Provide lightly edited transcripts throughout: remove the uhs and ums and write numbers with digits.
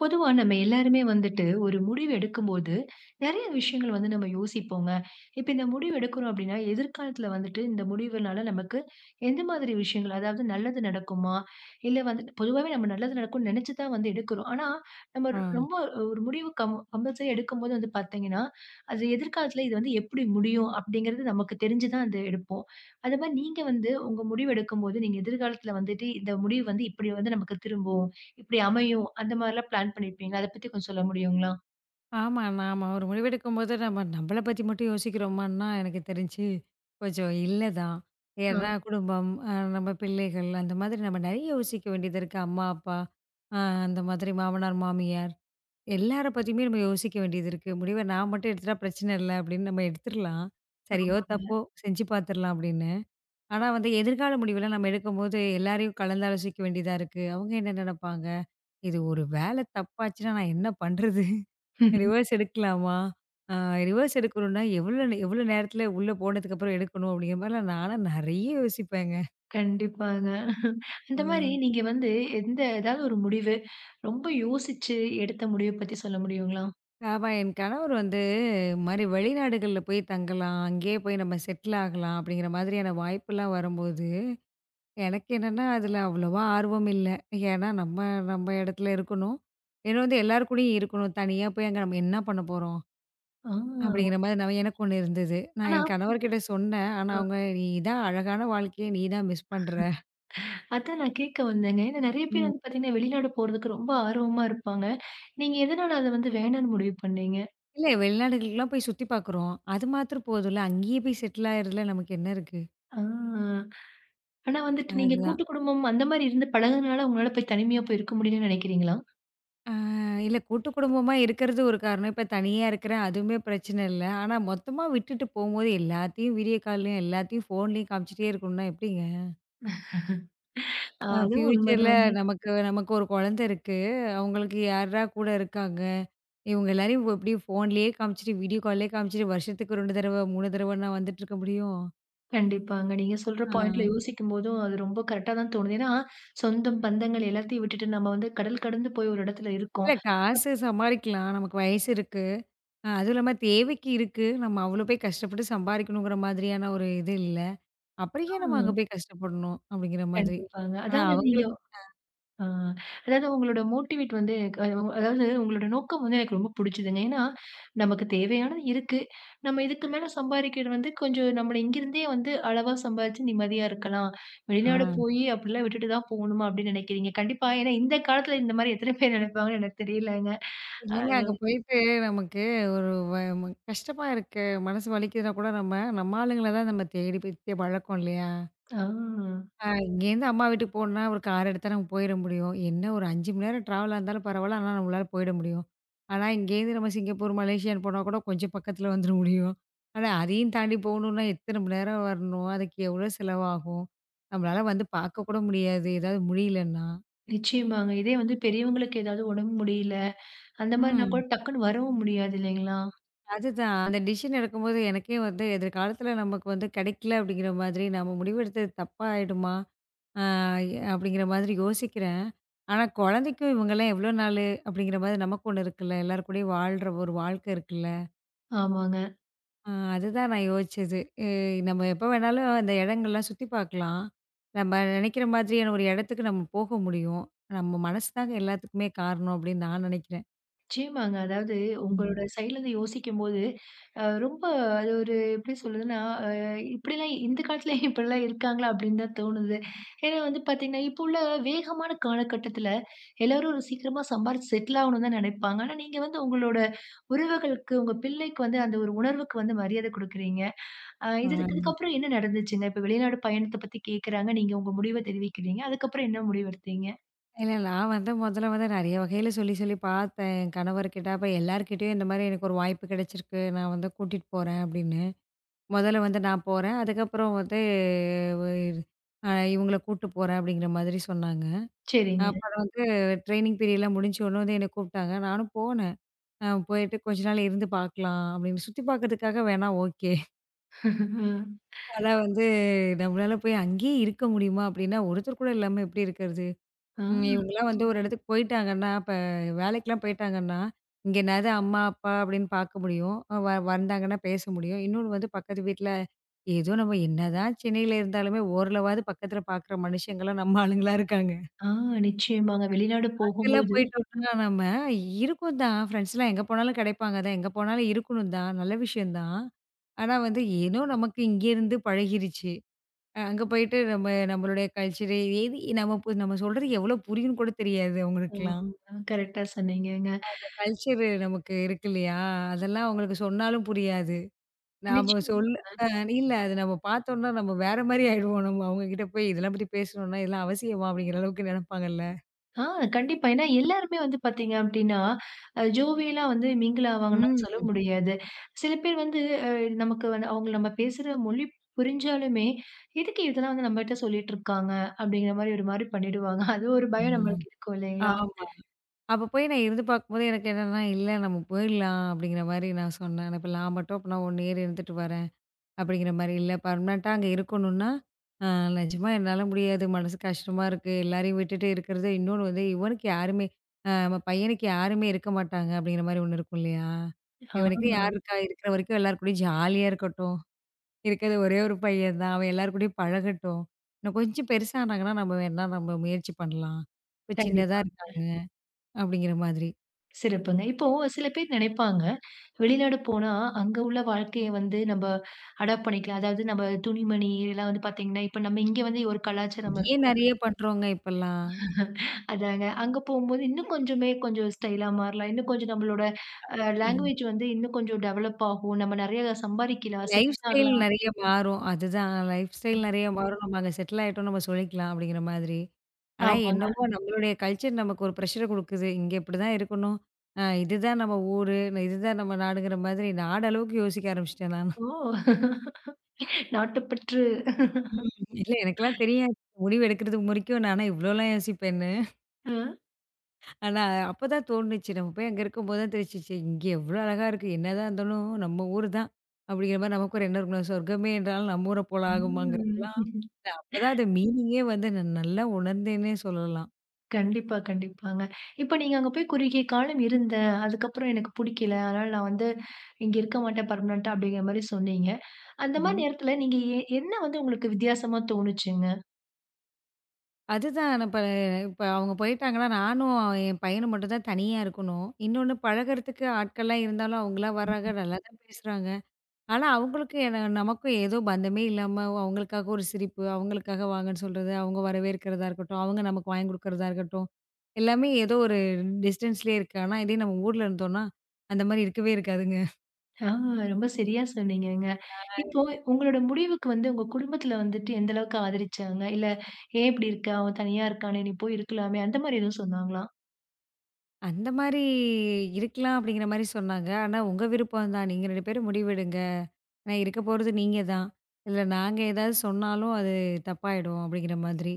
பொதுவா நம்ம எல்லாருமே வந்துட்டு ஒரு முடிவு எடுக்கும்போது நிறைய விஷயங்கள் வந்து நம்ம யோசிப்போங்க. இப்ப இந்த முடிவு எடுக்கிறோம் அப்டின்னா, எதிர்காலத்துல வந்துட்டு இந்த முடிவுனால நமக்கு எந்த மாதிரி விஷயங்கள், அதாவது நல்லது நடக்குமா? இல்ல வந்து பொதுவாவே நம்ம நல்லது நடக்கும்னு நெனச்சு தான் வந்து எடுக்கிறோம். ஆனா, நம்ம ஆ. ரொம்ப ஒரு முடிவு கம்பல்சரி எடுக்கும்போது வந்து பார்த்தீங்கன்னா, அது எதிர்காலத்துல இது வந்து எப்டி முடியும்? அப்டிங்கிறது நமக்கு தெரிஞ்சு தான் அது எடுப்போம். அது மாரி நீங்க வந்து உங்க முடிவு எடுக்கும்போது, நீங்க எதிர்காலத்துல வந்துட்டு இந்த முடிவு வந்து இப்டி வந்து நமக்கு திரும்பும், இப்டி அமையும் அந்த மாரிலாம் பிளான் பண்ணியிருப்பீங்களா? அத பத்தி கொஞ்சம் சொல்ல முடியுங்களா? ஆமா. நாம ஒரு முடிவெடுக்கும்போது நம்ம நம்மள பத்தி மட்டும் யோசிக்கிறோமான்னா, எனக்கு தெரிஞ்சு கொஞ்சம் இல்ல தான். ஆ. ஏன்னா குடும்பம், நம்ம பிள்ளைகள் அந்த மாதிரி நம்ம நெறைய யோசிக்க வேண்டியது இருக்கு. அம்மா, அப்பா, அ அந்த மாதிரி மாமனார், மாமியார் எல்லார பத்தியுமே நம்ம யோசிக்க வேண்டியது இருக்கு. முடிவ நான் மட்டும் எடுத்துட்டா பிரச்சனை இல்ல அப்படின்னு நம்ம எடுத்துரலாம். சரியோ, ஆமாங்க. தப்போ, செஞ்சு பார்த்துரலாம் அப்படின்னு. ஆனா வந்து எதிர்கால முடிவுலாம் நம்ம எடுக்கும்போது எல்லாரையும் கலந்தாலோசிக்க வேண்டியதா இருக்கு. அவங்க என்ன நெனைப்பாங்க? இது ஒரு வேல தப்பாச்சுன்னா நான் என்ன பண்றது? ரிவர்ஸ் எடுக்கலாமா? அ ரிவர்ஸ் எடுக்கணும்னா, எவ்வளோ நேரத்தில உள்ள போனதுக்கப்புறம் எடுக்கணும்? அப்படிங்கிற மாரிலாம் நான்லாம் நெறைய யோசிப்பேங்க. கண்டிப்பாங்க. இந்த மாரி ம். நீங்க வந்து எந்த ஏதாவது ஒரு முடிவு ரொம்ப யோசிச்சு எடுத்த முடிவ பத்தி சொல்ல முடியுங்களா? ஆமா, என் கணவர் வந்து இது மாரி வெளிநாடுகள்ல போய் தங்கலாம், அங்கேயே போய் நம்ம செட்டில் ஆகலாம் அப்படிங்கிற மாதிரியான வாய்ப்புலாம் வரும்போது, எனக்கு என்னன்னா அதில அவ்வளோவா ஆர்வம் இல்ல. ஏன்னா நம்ம நம்ம இடத்துல இருக்கணும். ஏன்னா வந்து எல்லார் கூடயும் இருக்கணும். தனியா போய் அங்க நம்ம என்ன பண்ண போறோம்? ஆ. அப்படிங்கிற மாரி நான் எனக்கு ஒண்ணு இருந்தது. நான் ஆனா என் கணவர்கிட்ட சொன்னேன். ஆனா ஆ. அவங்க, "நீ தான் அழகான வாழ்க்கைய நீ தான் மிஸ் பண்ற." அதான் நான் கேட்க வந்தேங்க. ஏன்னா நெறைய பேர் வந்து பார்த்தீங்கன்னா, வெளிநாடு போறதுக்கு ரொம்ப ஆர்வமா இருப்பாங்க. நீங்க எதனால அத வந்து வேணான்னு முடிவு பண்ணீங்க? இல்ல வெளிநாடுகளுக்குலாம் போய் சுத்தி பார்க்குறோம். அது மாத்திரம் போதும்ல. அங்கேயே போய் செட்டில் ஆயிறதுல நமக்கு என்ன இருக்கு? ஆ. ஆனா வந்துட்டு நீங்க அதுதான். கூட்டு குடும்பம் அந்த மாரி இருந்து பழகுனனால உங்களால போய் தனிமையா போய் இருக்க முடியலன்னு நெனைக்கிறீங்களா? இல்ல கூட்டு குடும்பமா இருக்கிறது ஒரு காரணம். இப்ப தனியா இருக்கிறேன் அதுவுமே பிரச்சனை இல்ல. ஆனா மொத்தமா விட்டுட்டு போம்போது எல்லாத்தையும் வீடியோ கால்லயும், எல்லாத்தையும் ஃபோன்லயும் காமிச்சுட்டே இருக்கணும்னா எப்படிங்க? ஆ அதுவும் ஃபியூச்சர்ல உண்மதான். நமக்கு நமக்கு ஒரு குழந்தை இருக்கு. அவங்களுக்கு யார்ரா கூட இருக்காங்க? இவங்க எல்லாரையும் எப்படி ஃபோன்லயே காமிச்சுட்டு, வீடியோ கால்லயே காமிச்சுட்டு வருஷத்துக்கு 2 தடவ, 3 தடவன்னா வந்துட்டு இருக்க முடியும்? கண்டிப்பாங்க. நீங்க சொல்ற பாயிண்ட்ல ஆ. யோசிக்கும்போதும், அது ரொம்ப கரெக்ட்டா தான் தோணுது. ஏன்னா, சொந்தம், பந்தங்கள் எல்லாத்தையும் விட்டுட்டு நம்ம வந்து கடல் கடந்து போய் ஒரு இடத்துல இருக்கோம். இல்ல காசு சமாளிக்கலாம். நமக்கு வயசு இருக்கு. அதுவும் இல்லாம தேவைக்கு இருக்கு. நம்ம அவ்ளோ போய் கஷ்டப்பட்டு சம்பாரிக்கணுங்கிற மாதிரியான ஒரு இது இல்ல. அப்புறம் ஏன் ஆ. நம்ம அங்க போய் கஷ்டப்படணும்? அப்படிங்கிற மாதிரி. கண்டிப்பாங்க. ஆனா அதாவது நீங்க அவங்களுக்கு அ அதாவது உங்களோட மோட்டிவேட் வந்து அதாவது உங்களோட நோக்கம் வந்து எனக்கு ரொம்ப புடிச்சுதுங்க. ஏன்னா, நமக்கு தேவையானது இருக்கு. நம்ம இதுக்கு மேல சம்பாரிக்கிறது வந்து கொஞ்சம் நம்ம இங்கிருந்தே வந்து அளவா சம்பாரிச்சு நிம்மதியா இருக்கலாம். வெளிநாடு ஆ போயி அப்படிலாம் விட்டுட்டு தான் போணுமா அப்படின்னு நினைக்கிறீங்க. கண்டிப்பா. ஏன்னா இந்த காலத்துல இந்த மாரி எத்தன பேர் நினைப்பாங்கன்னு எனக்கு தெரியலங்க. அ இல்லங்க, அங்க போயிட்டு நமக்கு ஒரு வ ம கஷ்டமா இருக்கு, மனசு வலிக்குதுன்னா கூட நம்ம நம்ம ஆளுங்கள தான் நம்ம தேடி போய் வழக்கம் இல்லையா? ஆ. இங்கேருந்து அம்மா வீட்டுக்கு போகணும்னா ஒரு கார் எடுத்தா நம்ம போயிட முடியும். என்ன ஒரு 5 மணி நேரம் ட்ராவலா இருந்தாலும் பரவால்ல. ஆனா நம்மளால போயிட முடியும். ஆனா இங்கேருந்து நம்ம சிங்கப்பூர், மலேசியான்னு போனா கூட கொஞ்சம் பக்கத்துல வந்துர முடியும். ஆனா அதையும் தாண்டி போகணும்னா எத்தன மணி நேரம் வரணும்? அதுக்கு எவ்வளோ செலவாகும்? நம்மளால வந்து பார்க்க கூட முடியாது, ஏதாவது முடியலன்னா. நிச்சயமாங்க. இதே வந்து பெரியவங்களுக்கு ஏதாவது உடம்பு முடியல, அந்த மாரினா ம். கூட டக்குன்னு வரவும் முடியாது இல்லைங்களா? அதுதான். அந்த டிசிஷன் எடுக்கும்போது எனக்கே வந்து எதிர்காலத்துல நமக்கு வந்து கிடைக்கல அப்படிங்கிற மாதிரி நம்ம முடிவெடுத்தது தப்பா ஆயிடுமா? ஆ அப்படிங்கிற மாதிரி யோசிக்கிறேன். ஆனா குழந்தைக்கும் இவங்கலாம் எவ்வளோ நாளு அப்படிங்கிற மாதிரி நமக்கு ஒண்ணு இருக்குல்ல. எல்லார் கூடயும் வாழ்ற ஒரு வாழ்க்கை இருக்குல்ல. ஆமாங்க. அதுதான் நான் யோசிச்சது. எ நம்ம எப்போ வேணாலும் அந்த இடங்கள்லாம் சுத்தி பார்க்கலாம். நம்ம நினைக்கிற மாதிரியான ஒரு இடத்துக்கு நம்ம போக முடியும். நம்ம மனசு தாங்க எல்லாத்துக்குமே காரணம் அப்படின்னு நான் நினைக்கிறேன். நிச்சயமாங்க. அதாவது ம். உங்களோட சைட்லருந்து யோசிக்கும்போது, ரொம்ப அது ஒரு எப்படி சொல்றதுன்னா, அ இப்படிலாம் இந்த காலத்துல இப்படிலாம் இருக்காங்களா? அப்படின்னு தான் தோணுது. ஏன்னா வந்து பார்த்தீங்கன்னா, இப்போ உள்ள வேகமான காலகட்டத்துல எல்லாரும் ஒரு சீக்கிரமா சம்பாரிச்சு செட்டில் ஆகணும்னு தான் நினைப்பாங்க. ஆனா நீங்க வந்து உங்களோட உறவுகளுக்கு, உங்க பிள்ளைக்கு வந்து அந்த ஒரு உணர்வுக்கு வந்து மரியாதை குடுக்குறீங்க. ஆ இது இதுக்கப்புறம் என்ன நடந்துச்சுங்க? இப்ப வெளிநாடு பயணத்த பத்தி கேட்கறாங்க. நீங்க உங்க முடிவ தெரிவிக்கிறீங்க. அதுக்கப்புறம் என்ன முடிவெடுத்தீங்க? இல்ல நான் வந்து முதல்ல வந்து நெறைய வகையில சொல்லி சொல்லி பார்த்தேன். என் கணவர்கிட்ட, அப்ப எல்லார்கிட்டயும் இந்த மாதிரி எனக்கு ஒரு வாய்ப்பு கிடைச்சிருக்கு. நான் வந்து கூட்டிட்டு போறேன் அப்படின்னு. முதல்ல வந்து நான் போறேன். அதுக்கப்புறம் வந்து வ அ இவங்கள கூட்டு போறேன் அப்படிங்கிற மாதிரி சொன்னாங்க. சரிங்க. அப்புறம் வந்து ட்ரெய்னிங் பீரியட்லாம் முடிஞ்ச உடனே வந்து என்ன கூப்பிட்டாங்க. நானும் போனேன். போயிட்டு கொஞ்ச நாள் இருந்து பார்க்கலாம் அப்படின்னு சுத்தி பார்க்கறதுக்காக வேணா ஓகே. ஆனா வந்து நம்மளால போய் அங்கேயே இருக்க முடியுமா அப்படின்னா ஒருத்தர் கூட இல்லாம எப்படி இருக்கிறது? ஆ, ம். இவங்கலாம் வந்து ஒரு இடத்துக்கு போயிட்டாங்கன்னா, இப்ப வேலைக்குலாம் போயிட்டாங்கன்னா, இங்க என்னாது அம்மா, அப்பா அப்படின்னு பார்க்க முடியும். வ வந்தாங்கன்னா பேச முடியும். இன்னொன்னு வந்து பக்கத்து வீட்ல ஏதோ நம்ம என்னதான் சென்னையில இருந்தாலுமே, ஓரளவாவது பக்கத்துல பார்க்குற மனுஷங்கலாம் நம்ம ஆளுங்களா இருக்காங்க. ஆ, நிச்சயமாங்க. வெளிநாடு அங்கலாம் போகும்போது போயிட்டோம்னா நம்ம இருக்கும் தான். ஃப்ரெண்ட்ஸ்லாம் எங்க போனாலும் கிடைப்பாங்க தான். எங்க போனாலும் இருக்கணும் தான். நல்ல விஷயம் தான். ஆனா வந்து ஏனோ நமக்கு இங்கேருந்து பழகிருச்சு. அங்க போயிட்டு நம்ம நம்மளுடைய கல்ச்சரு, எது நம்ம நம்ம சொல்றது எவ்வளோ புரியும்னு கூட தெரியாது அவங்களுக்குலாம். ஆ கரெக்ட்டா சொன்னீங்கங்க. கல்ச்சரு நமக்கு இருக்கு இல்லையா? அதெல்லாம் அவங்களுக்கு சொன்னாலும் புரியாது. நாம நிச்சயம். சொல்ல அ இல்ல அது நம்ம பார்த்தோம்னா நம்ம வேற மாரி ஆயிடுவோம். நம்ம அவங்ககிட்ட போய் இதெல்லாம் பத்தி பேசணும்னா, இதெல்லாம் அவசியமா அப்படிங்கிற அளவுக்கு நெனப்பாங்கல்ல. ஆ கண்டிப்பா. ஏன்னா எல்லாருமே வந்து பார்த்தீங்க அப்டின்னா, ஜோவியலா வந்து மிங்கிள் ஆவாங்கன்னு ம். சொல்ல முடியாது. சில பேர் வந்து அ நமக்கு வந்து அவங்க நம்ம பேசுற மொழி புரிஞ்சாலுமே, "எதுக்கு இதெல்லாம் வந்து நம்மட்ட சொல்லிட்டு இருக்காங்க?" அப்படிங்கிற மாரி ஒரு மாரி பண்ணிடுவாங்க. அது ஒரு பயம் ம். நம்மளுக்கு இருக்கும் இல்லைங்களா? ஆமா. அப்ப போய் நான் இருந்து பார்க்கும்போது எனக்கு என்னன்னா, இல்ல நம்ம போயிடலாம் அப்படிங்கிற மாரி நான் சொன்னேன். நான் இப்ப நான் மட்டும் அப்பனா 1 இயர் இருந்துட்டு வரேன். அப்படிங்கிற மாரி, இல்ல பர்மனென்ட்டா அங்க இருக்கணும்னா, "அ நிஜமா என்னால முடியாது. மனசு கஷ்டமா இருக்கு. எல்லாரையும் விட்டுட்டு இருக்கிறது. இன்னொன்னு வந்து இவனுக்கு யாருமே, நம்ம பையனுக்கு யாருமே இருக்க மாட்டாங்க." அப்படிங்கிற மாரி ஒண்ணு இருக்கும் இல்லையா? ஆ. இவனுக்கு யார் இருக்கா? இருக்கிற வரைக்கும் எல்லார் கூடயும் ஜாலியா இருக்கட்டும். இருக்கிறது ஒரே ஒரு பையன் தான். அவன் எல்லார் கூடயும் பழகட்டும். இன்னும் கொஞ்சம் பெருசானாங்கன்னா, நம்ம வேணா நம்ம முயற்சி பண்ணலாம். இப்ப சின்னதா கண்டிப்பா. இருக்காங்க, அப்படிங்கிற மாதிரி. சிறப்புங்க. இப்போ சில பேர் நினைப்பாங்க, வெளிநாடு போனா அங்க உள்ள வாழ்க்கைய வந்து நம்ப அடாப்ட் பண்ணிக்கலாம். அதாவது நம்ம துணிமணி இதெல்லாம் வந்து பார்த்தீங்கன்னா, இப்ப நம்ம இங்க வந்து ஒரு கலாச்சாரம் இங்கேயே இருக்கும். நெறைய பண்றோங்க இப்பல்லாம். அதாங்க. அங்க போம்போது இன்னும் கொஞ்சமே கொஞ்சம் ஸ்டைலா மாறலாம். இன்னும் கொஞ்சம் நம்மளோட லாங்குவேஜ் வந்து இன்னும் கொஞ்சம் டெவலப் ஆகும். நம்ம நெறைய சம்பாரிக்கலாம், லைஃப் செட்டில் ஸ்டைல் ஆகலாம். நெறைய மாறும். அதுதான், லைஃப் ஸ்டைல் நெறைய மாறும். நம்ம அங்க செட்டில் ஆயிட்டோம்னு நம்ம சொல்லிக்கலாம் அப்படிங்கிற மாதிரி. ஆனா ஆமாங்க. என்னவோ நம்மளுடைய கல்ச்சர் நமக்கு ஒரு ப்ரெஷர குடுக்குது. இங்க இப்படிதான் இருக்கணும். இதுதான் நம்ம ஊரு. இதுதான் நம்ம நாடுங்கிற மாதிரி நாடு அளவுக்கு யோசிக்க ஆரம்பிச்சுட்டேன் நானு. ஓ! நாட்டுப்பற்று. ம். இல்ல எனக்கெல்லாம் தெரியாது, முடிவு எடுக்கிறதுக்கு முறைக்கும் நானா இவ்வளோலாம் யோசிப்பேன்னு. அ. ஆனா அப்பதான் தோணுச்சு. நம்ம போய் அங்க இருக்கும்போது தான் தெரிஞ்சுச்சு, இங்க எவ்வளோ அழகா இருக்கு. என்னதான் இருந்தாலும் நம்ம ஊரு தான். அப்படிங்கிற மாரி நமக்கு ஒரு எண்ணம் இருக்கணும். சொர்க்கமே என்றாலும் நம்ம ஊர போல ஆகுமாங்கிறதெல்லாம் ம். இல்ல, அப்பதான் அது மீனிங்கே வந்து நான் நல்லா உணர்ந்தேன்னே சொல்லலாம். கண்டிப்பா, கண்டிப்பாங்க. இப்ப நீங்க அங்க போய் குறுகிய காலம் இருந்தேன். அதுக்கப்புறம் எனக்கு புடிக்கல. அதனால நான் வந்து இங்க இருக்க மாட்டேன் பெர்மனன்ட்டா அப்படிங்கிற மாரி சொன்னீங்க. அந்த ம்ஹ்ம். மாரி நேரத்துல நீங்க என்ன வந்து உங்களுக்கு வித்தியாசமா தோணுச்சுங்க? அதுதான் நான் இப்ப இப்ப அவங்க போயிட்டாங்கன்னா, நானும் அவன், என் பையனும் மட்டும் தான் தனியா இருக்கணும். இன்னொன்னு பழகுறதுக்கு ஆட்கள்லாம் இருந்தாலும் அவங்களா வர்றாங்க, நல்லா தான் பேசுறாங்க. ஆனா அவங்களுக்கும் என நமக்கும் ஏதோ பந்தமே இல்லாம அவங்களுக்காக ஒரு சிரிப்பு, அவங்களுக்காக வாங்கன்னு சொல்றது, அவங்க வரவேற்கிறதா இருக்கட்டும், அவங்க நமக்கு வாங்கி குடுக்கறதா இருக்கட்டும், எல்லாமே ஏதோ ஒரு டிஸ்டன்ஸ்லயே இருக்கு. ஆனா இதே நம்ம ஊர்ல இருந்தோம்னா, அந்த மாரி இருக்கவே இருக்காதுங்க. ஆ ரொம்ப சரியா சொன்னீங்கங்க. இப்போ உங்களோட முடிவுக்கு வந்து உங்க குடும்பத்துல வந்துட்டு எந்த அளவுக்கு ஆதரிச்சாங்க? இல்ல "ஏன் இப்படி இருக்க? அவன் தனியா இருக்கானே! நீ போய் இருக்கலாமே!" அந்த மாரி எதுவும் சொன்னாங்களா? அந்த மாரி இருக்கலாம் அப்படிங்கிற மாரி சொன்னாங்க. ஆனா, உங்க விருப்பம் தான். நீங்க 2 பேரும் முடிவெடுங்க. ஆனா, இருக்க போறது நீங்க தான். இதுல நாங்க ஏதாவது சொன்னாலும் அது தப்பாயிடும் அப்படிங்கிற மாதிரி.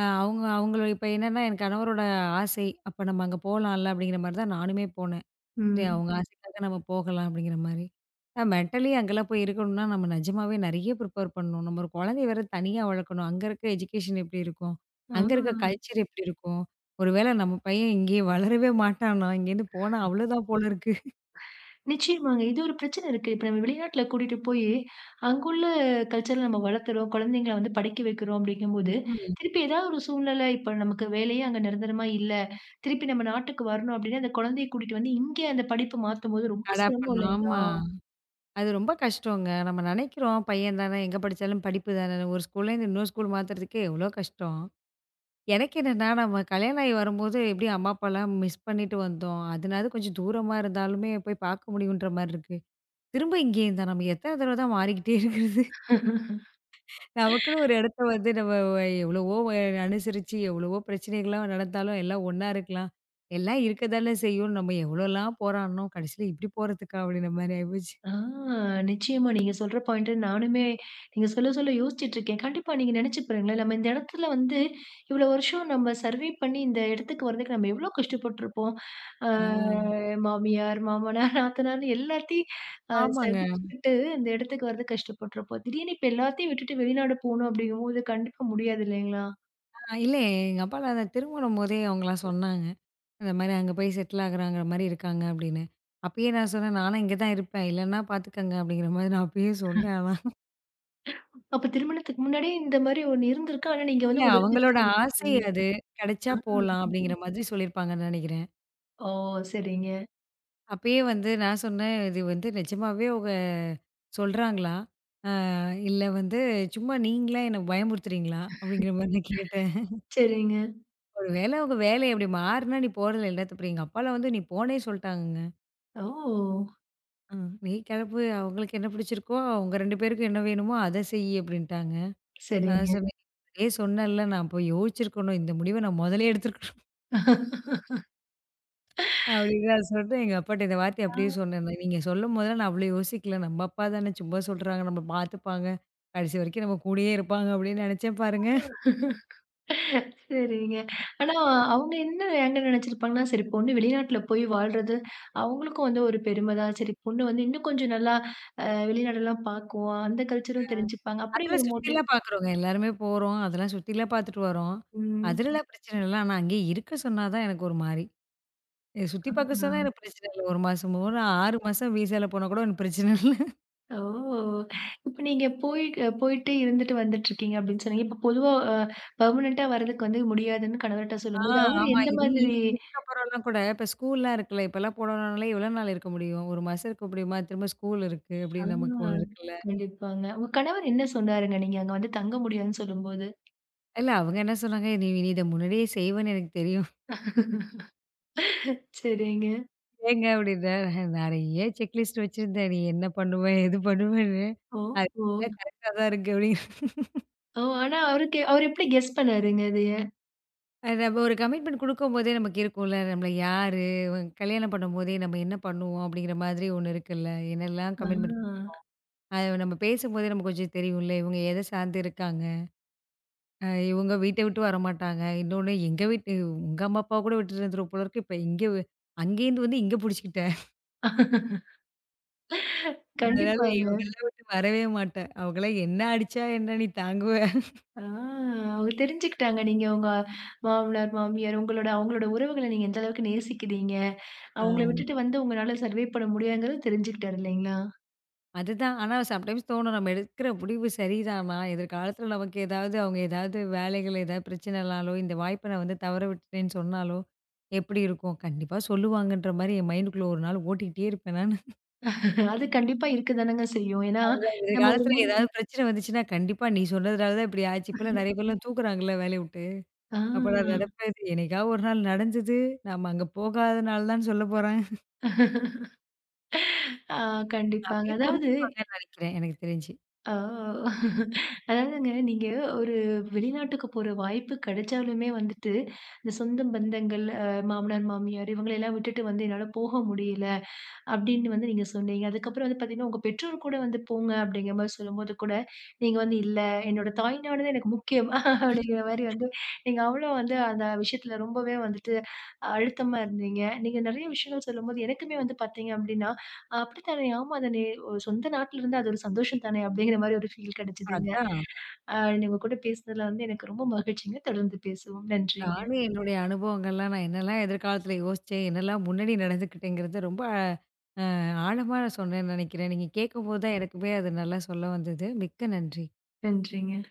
அவங்க, அவங்கள இப்ப என்னன்னா என் கணவரோட ஆசை. அப்ப நம்ம அங்க போலாம்ல அப்படிங்கிற மாரி தான் நானுமே போனேன். சரி, ம். அவங்க ஆசைக்காக நம்ம போகலாம் அப்படிங்கிற மாரி. மென்டலி அங்கெல்லாம் போய் இருக்கணும்னா, நம்ம நிஜமாவே நெறைய ப்ரிப்பேர் பண்ணணும். நம்ம ஒரு குழந்தைய வேற தனியா வளர்க்கணும். அங்க இருக்க எஜுகேஷன் எப்படி இருக்கும்? ஆ. அங்க இருக்க கல்ச்சர் எப்படி இருக்கும்? ஒரு வேளை நம்ம பையன் இங்கேயே வளரவே மாட்டானா? இங்கேருந்து போனா அவ்வளோதான் போல இருக்கு. நிச்சயமாங்க. இது ஒரு பிரச்சனை இருக்கு. இப்ப நம்ம வெளிநாட்ல கூட்டிட்டு போயி, அங்குள்ள கல்ச்சர்ல நம்ம வளர்த்துறோம். குழந்தைங்கள வந்து படிக்க வைக்கிறோம் அப்படிங்கும்போது, ம். திருப்பி ஏதாவது ஒரு சூழ்நிலை இப்ப நமக்கு வேலையே அங்க நிரந்தரமா இல்ல. திருப்பி நம்ம நாட்டுக்கு வரணும் அப்படின்னா, அந்த குழந்தைய கூட்டிட்டு வந்து இங்கே அந்த படிப்பு மாத்தும்போது ரொம்ப அடாப்ட் சிரமம் பண்ணணும். ஆமா. இல்லைங்களா? அது ரொம்ப கஷ்டங்க. நம்ம நெனைக்கிறோம் பையன் தானே, எங்க படிச்சாலும் படிப்பு தானே. ஒரு ஸ்கூல்லேருந்து இன்னொரு ஸ்கூல் மாத்துறதுக்கே எவ்வளோ கஷ்டம். எனக்கு என்னன்னா, நம்ம கல்யாணம் ஆகி வரும்போது எப்படியும் அம்மா, அப்பாலாம் மிஸ் பண்ணிட்டு வந்தோம். அதனால கொஞ்சம் தூரமா இருந்தாலுமே போய் பார்க்க முடியுன்ற மாரி இருக்கு. திரும்ப இங்கேயே தான் நம்ம எத்தன தடவ தான் மாறிக்கிட்டே இருக்கிறது. நமக்குன்னு ஒரு இடத்த வந்து நம்ம எவ்வளவோ அனுசரிச்சு, எவ்வளவோ பிரச்சனைகள்லாம் நடந்தாலும் எல்லாம் ஒண்ணா இருக்கலாம். எல்லாம் இருக்க தானே செய்யும். நம்ம எவ்வளோலாம் போராடினோம். கடைசியில இப்படி போறதுக்கா அப்படின்ற மாரி ஆயிப்போச்சு. ஆ நிச்சயமா. நீங்க சொல்ற பாயிண்ட் நானுமே நீங்க சொல்ல சொல்ல யோசிச்சுட்டு இருக்கேன். கண்டிப்பா நீங்க நினைச்சு பாருங்களேன். நம்ம இந்த இடத்துல வந்து இவ்வளோ வருஷம் நம்ம சர்வே பண்ணி இந்த இடத்துக்கு வரதுக்கு நம்ம எவ்வளோ கஷ்டப்பட்டுருப்போம். ஆ ஆ. மாமியார், மாமனார், நாத்தனார்ன்னு எல்லாத்தையும் ஆமாங்க. சகிச்சுக்கிட்டு இந்த இடத்துக்கு வரதுக்கு கஷ்டப்பட்டுருப்போம். திடீர்னு இப்ப எல்லாத்தையும் விட்டுட்டு வெளிநாடு போணும் அப்படிங்கும்போது கண்டிப்பா முடியாது இல்லைங்களா? இல்ல எங்க அப்பாலாம் அதான் திருமணம் போதே அவங்கலாம் சொன்னாங்க. அந்த மாரி அங்க போய் செட்டில் ஆகுறாங்கிற மாரி இருக்காங்க அப்படின்னு. அப்பயே நான் சொன்னேன், "நானும் இங்க தான் இருப்பேன். இல்லன்னா பாத்துக்கங்க." அப்படிங்கிற மாரி நான் அப்பயே சொன்னேன் ஆனா. அப்ப திருமணத்துக்கு முன்னாடியே இந்த மாரி ஒண்ணு இருந்திருக்கு. ஆனா நீங்க இல்ல வந்து உங்க விருப்பத்த அவங்களோட ஆசை தெரிவிச்சிருக்கீங்க. அது. கிடைச்சா ஆ. போலாம் அப்படிங்கிற மாதிரி சொல்லியிருப்பாங்கன்னு நெனைக்கிறேன். ஓ! சரிங்க. அப்பயே வந்து நான் சொன்னேன், "இது வந்து நிஜமாவே அவங்க சொல்றாங்களா? அ இல்ல வந்து சும்மா நீங்களா என்ன பயமுறுத்துறீங்களா?" அப்படிங்கிற மாரி நான் கேட்டேன். சரிங்க. "ஒரு வேளை அவங்க வேலை அப்படி மாறுனா நீ போறதுல என்ன தப்பு?" எங்க அப்பாலாம் வந்து நீ போன்னே சொல்ட்டாங்கங்க. ஓ! "நீ கெளம்பு. அவங்களுக்கு என்ன பிடிச்சிருக்கோ, அவங்க 2 பேருக்கும் என்ன வேணுமோ அத செய்யி" அப்படின்ட்டாங்க. சரிங்க. சொன்னேன். முன்னாடியே சொன்னேன்ல, நான் அப்போ யோசிச்சிருக்கணும். இந்த முடிவ நான் முதலே எடுத்திருக்கணும். ஆ. அப்படின்னு நான் சொன்னேன். எங்க அப்பாட்ட இந்த வார்த்தைய அப்படியே சொன்னேன். நான், நீங்க சொல்லும் போதெல்லாம் நான் அவ்வளோ யோசிக்கல. நம்ம அப்பா தானே சும்மா சொல்றாங்க. நம்மள பார்த்துப்பாங்க. கடைசி வரைக்கும் நம்ம கூடயே இருப்பாங்க அப்படின்னு நினைச்சேன் பாருங்க. சரிங்க. ஆனா அவங்க என்ன ஏங்க நெனச்சிருப்பாங்கன்னா, சரி பொண்ணு வெளிநாட்ல போய் வாழ்றது, அவங்களுக்கும் வந்து ஒரு பெருமை தான். சரி பொண்ணு வந்து இன்னும் கொஞ்சம் நல்லா வெளிநாடெல்லாம் பாக்கும். அந்த கல்ச்சரும் தெரிஞ்சுப்பாங்க. அப்படி அதெல்லாம் ஒரு மோட்டிவ் சுத்திலாம் பார்க்குறோங்க. எல்லாருமே போறோம். அதெல்லாம் சுத்திலாம் பார்த்துட்டு வரோம். ம். அதுலலாம் பிரச்சனை இல்ல. ஆனா அங்கேயே இருக்க சொன்னா தான் எனக்கு ஒரு மாரி. சுத்தி ஆ. பார்க்க சொன்னா எனக்கு பிரச்சனை இல்ல. 1 மாசமோ, 6 மாசம் விசால போனா கூட எனக்கு பிரச்சனை இல்ல. ஓ! இப்ப நீங்க போய் போயிட்டு இருந்துட்டு வந்துட்டுருக்கீங்க அப்படின்னு சொன்னீங்க. இப்ப பொதுவா பெர்மனன்ட்டா வரதுக்கு வந்து முடியாதுன்னு கணவர்ட்ட ஆ, சொல்லும்போது, அவரு ஆமா. எந்த இது மாதிரி இனி இதுக்கப்புறம்லாம் கூட இப்ப ஸ்கூல்லாம் இருக்குல்ல, இப்பலாம் போனோம்னாலே எவ்வளோ நாள் இருக்க முடியும்? 1 மாசம் இருக்க முடியுமா? திரும்ப ஸ்கூல் இருக்கு ஆ அப்படின்னு நமக்கு ஒண்ணு இருக்குல்ல. கண்டிப்பாங்க. உங்க கணவர் என்ன சொன்னாருங்க? நீங்க அங்க வந்து தங்க முடியாதுன்னு சொல்லும்போது? இல்ல அவங்க என்ன சொன்னாங்க, "நீ நீ இத முன்னாடியே செய்வேன்னு எனக்கு தெரியும்." சரிங்க. ஏங்க அப்படின்னா, "நெறைய செக்லிஸ்ட் வச்சிருந்தேன். நீ என்ன பண்ணுவ? எது பண்ணுவன்னு. ஓஹோ! அது ஓ! எல்லாம் கரெக்ட்டா தான் இருக்கு." அப்படின்னு. ஓ! ஆனா அவருக்கு அவரு எப்படி கெஸ் பண்ணாருங்க அதைய? அது நம்ம ஒரு கமிட்மெண்ட் குடுக்கும்போதே நமக்கு இருக்கும்ல, நம்மள யாரு, கல்யாணம் பண்ணும்போதே நம்ம என்ன பண்ணுவோம் அப்படிங்கிற மாதிரி ஒண்ணு இருக்குல்ல. என்னெல்லாம் கமிட்மெண்ட் குடுப்போம். அது நம்ம பேசும்போதே நமக்கு கொஞ்சம் தெரியும்ல, இவங்க எத சார்ந்து இருக்காங்க? இவங்க வீட்ட விட்டு வரமாட்டாங்க. இன்னொன்னு எங்க வீட்டு உங்க அம்மா அப்பாவ கூட விட்டுட்டு வந்துருவ போல இருக்கு. இப்ப இங்க அங்கேருந்து வந்து இங்க புடிச்சுக்கிட்ட. ஆ அதனால கண்டிப்பாங்க. இவங்கலாம் விட்டு வரவே மாட்டேன். அவங்கலாம் என்ன அடிச்சா என்ன நீ தாங்குவ? ஆ அவங்க தெரிஞ்சுக்கிட்டாங்க. நீங்க உங்க மாமனார், மாமியார் உங்களோட அவங்களோட உறவுகள நீங்க எந்த அளவுக்கு நேசிக்கிறீங்க. அவங்கள ஆமா. விட்டுட்டு வந்து உங்களால சர்வே பண்ண முடியாதுங்கிறது தெரிஞ்சுக்கிட்டாரு இல்லைங்களா? அதுதான். ஆனா சம்டைம்ஸ் தோணும் நம்ம எடுக்கிற முடிவு சரிதானா? எதிர்காலத்துல நமக்கு ஏதாவது, அவங்க ஏதாவது வேலைகள் ஏதாவது பிரச்சனைனாலோ, இந்த வாய்ப்ப நான் வந்து தவற விட்டுட்டேன்னு சொன்னாலோ, எப்படி இருக்கும்? கண்டிப்பா சொல்லுவாங்கன்ற மாரி என் மைண்டுக்குள்ள ஒரு நாள் ஓட்டிக்கிட்டே இருப்பேன் நானு. அது கண்டிப்பா இருக்க தானங்க செய்யும். ஏன்னா நம்ம எதிர்காலத்துல ஒரு ஏதாவது பிரச்சனை வந்துச்சுன்னா, கண்டிப்பா நீ சொன்னதுனால தான் இப்படி ஆச்சு. இப்பலாம் நெறைய பேர்லாம் தூக்குறாங்கல்ல வேலைய விட்டு. ஆ, அப்ப நான் நெனப்பேன், இது என்னைக்காவது ஒரு நாள் நடந்தது. நம்ம அங்க போகாதனால தான் சொல்ல போறேன். ஆ கண்டிப்பாங்க. அப்பயே அதாவது புரிஞ்சுப்பாங்கன்னு நெனைக்கிறேன், எனக்கு தெரிஞ்சு. ஆ அதாவதுங்க, நீங்க ஒரு வெளிநாட்டுக்கு போற வாய்ப்பு கிடைச்சாலுமே வந்துட்டு, இந்த சொந்த பந்தங்கள், மாமனார், மாமியார் இவங்களெல்லாம் விட்டுட்டு வந்து என்னால போக முடியல அப்படின்னு வந்து நீங்க சொன்னீங்க. அதுக்கப்புறம் வந்து பார்த்தீங்கன்னா, உங்க பெற்றோர் கூட வந்து போங்க அப்படிங்கிற மாரி சொல்லும்போது கூட, நீங்க வந்து இல்ல என்னோட தாய்நாடு தான் எனக்கு முக்கியம் அப்படிங்கிற மாரி வந்து, நீங்க அவ்வளோ வந்து அந்த விஷயத்துல ரொம்பவே வந்துட்டு அழுத்தமா இருந்தீங்க. நீங்க நெறைய விஷயங்கள் சொல்லும்போது, எனக்குமே வந்து பார்த்தீங்க அப்டின்னா, "அப்படித்தானே! ஆமா தானே! ஒ சொந்த நாட்ல இருந்தா அது ஒரு சந்தோஷம் தானே!" அப்படிங்கிற மாரி ஒரு ஃபீல் கிடைச்சதுங்க. அதான் அ உங்க கூட பேசுனதுல வந்து எனக்கு ரொம்ப மகிழ்ச்சிங்க. தொடர்ந்து பேசுவோம். நன்றிங்க. நானும் என்னுடைய அனுபவங்கள்லாம், நான் என்னலாம் எதிர்காலத்துல யோசிச்சேன், என்னலாம் முன்னாடி நடந்துக்கிட்டேங்கிறத ரொம்ப ஆழமா சொன்னேன்னு நெனைக்கிறேன். நீங்க கேட்கும்போது தான் எனக்குமே அது நல்லா சொல்ல வந்தது. மிக்க நன்றி. நன்றிங்க.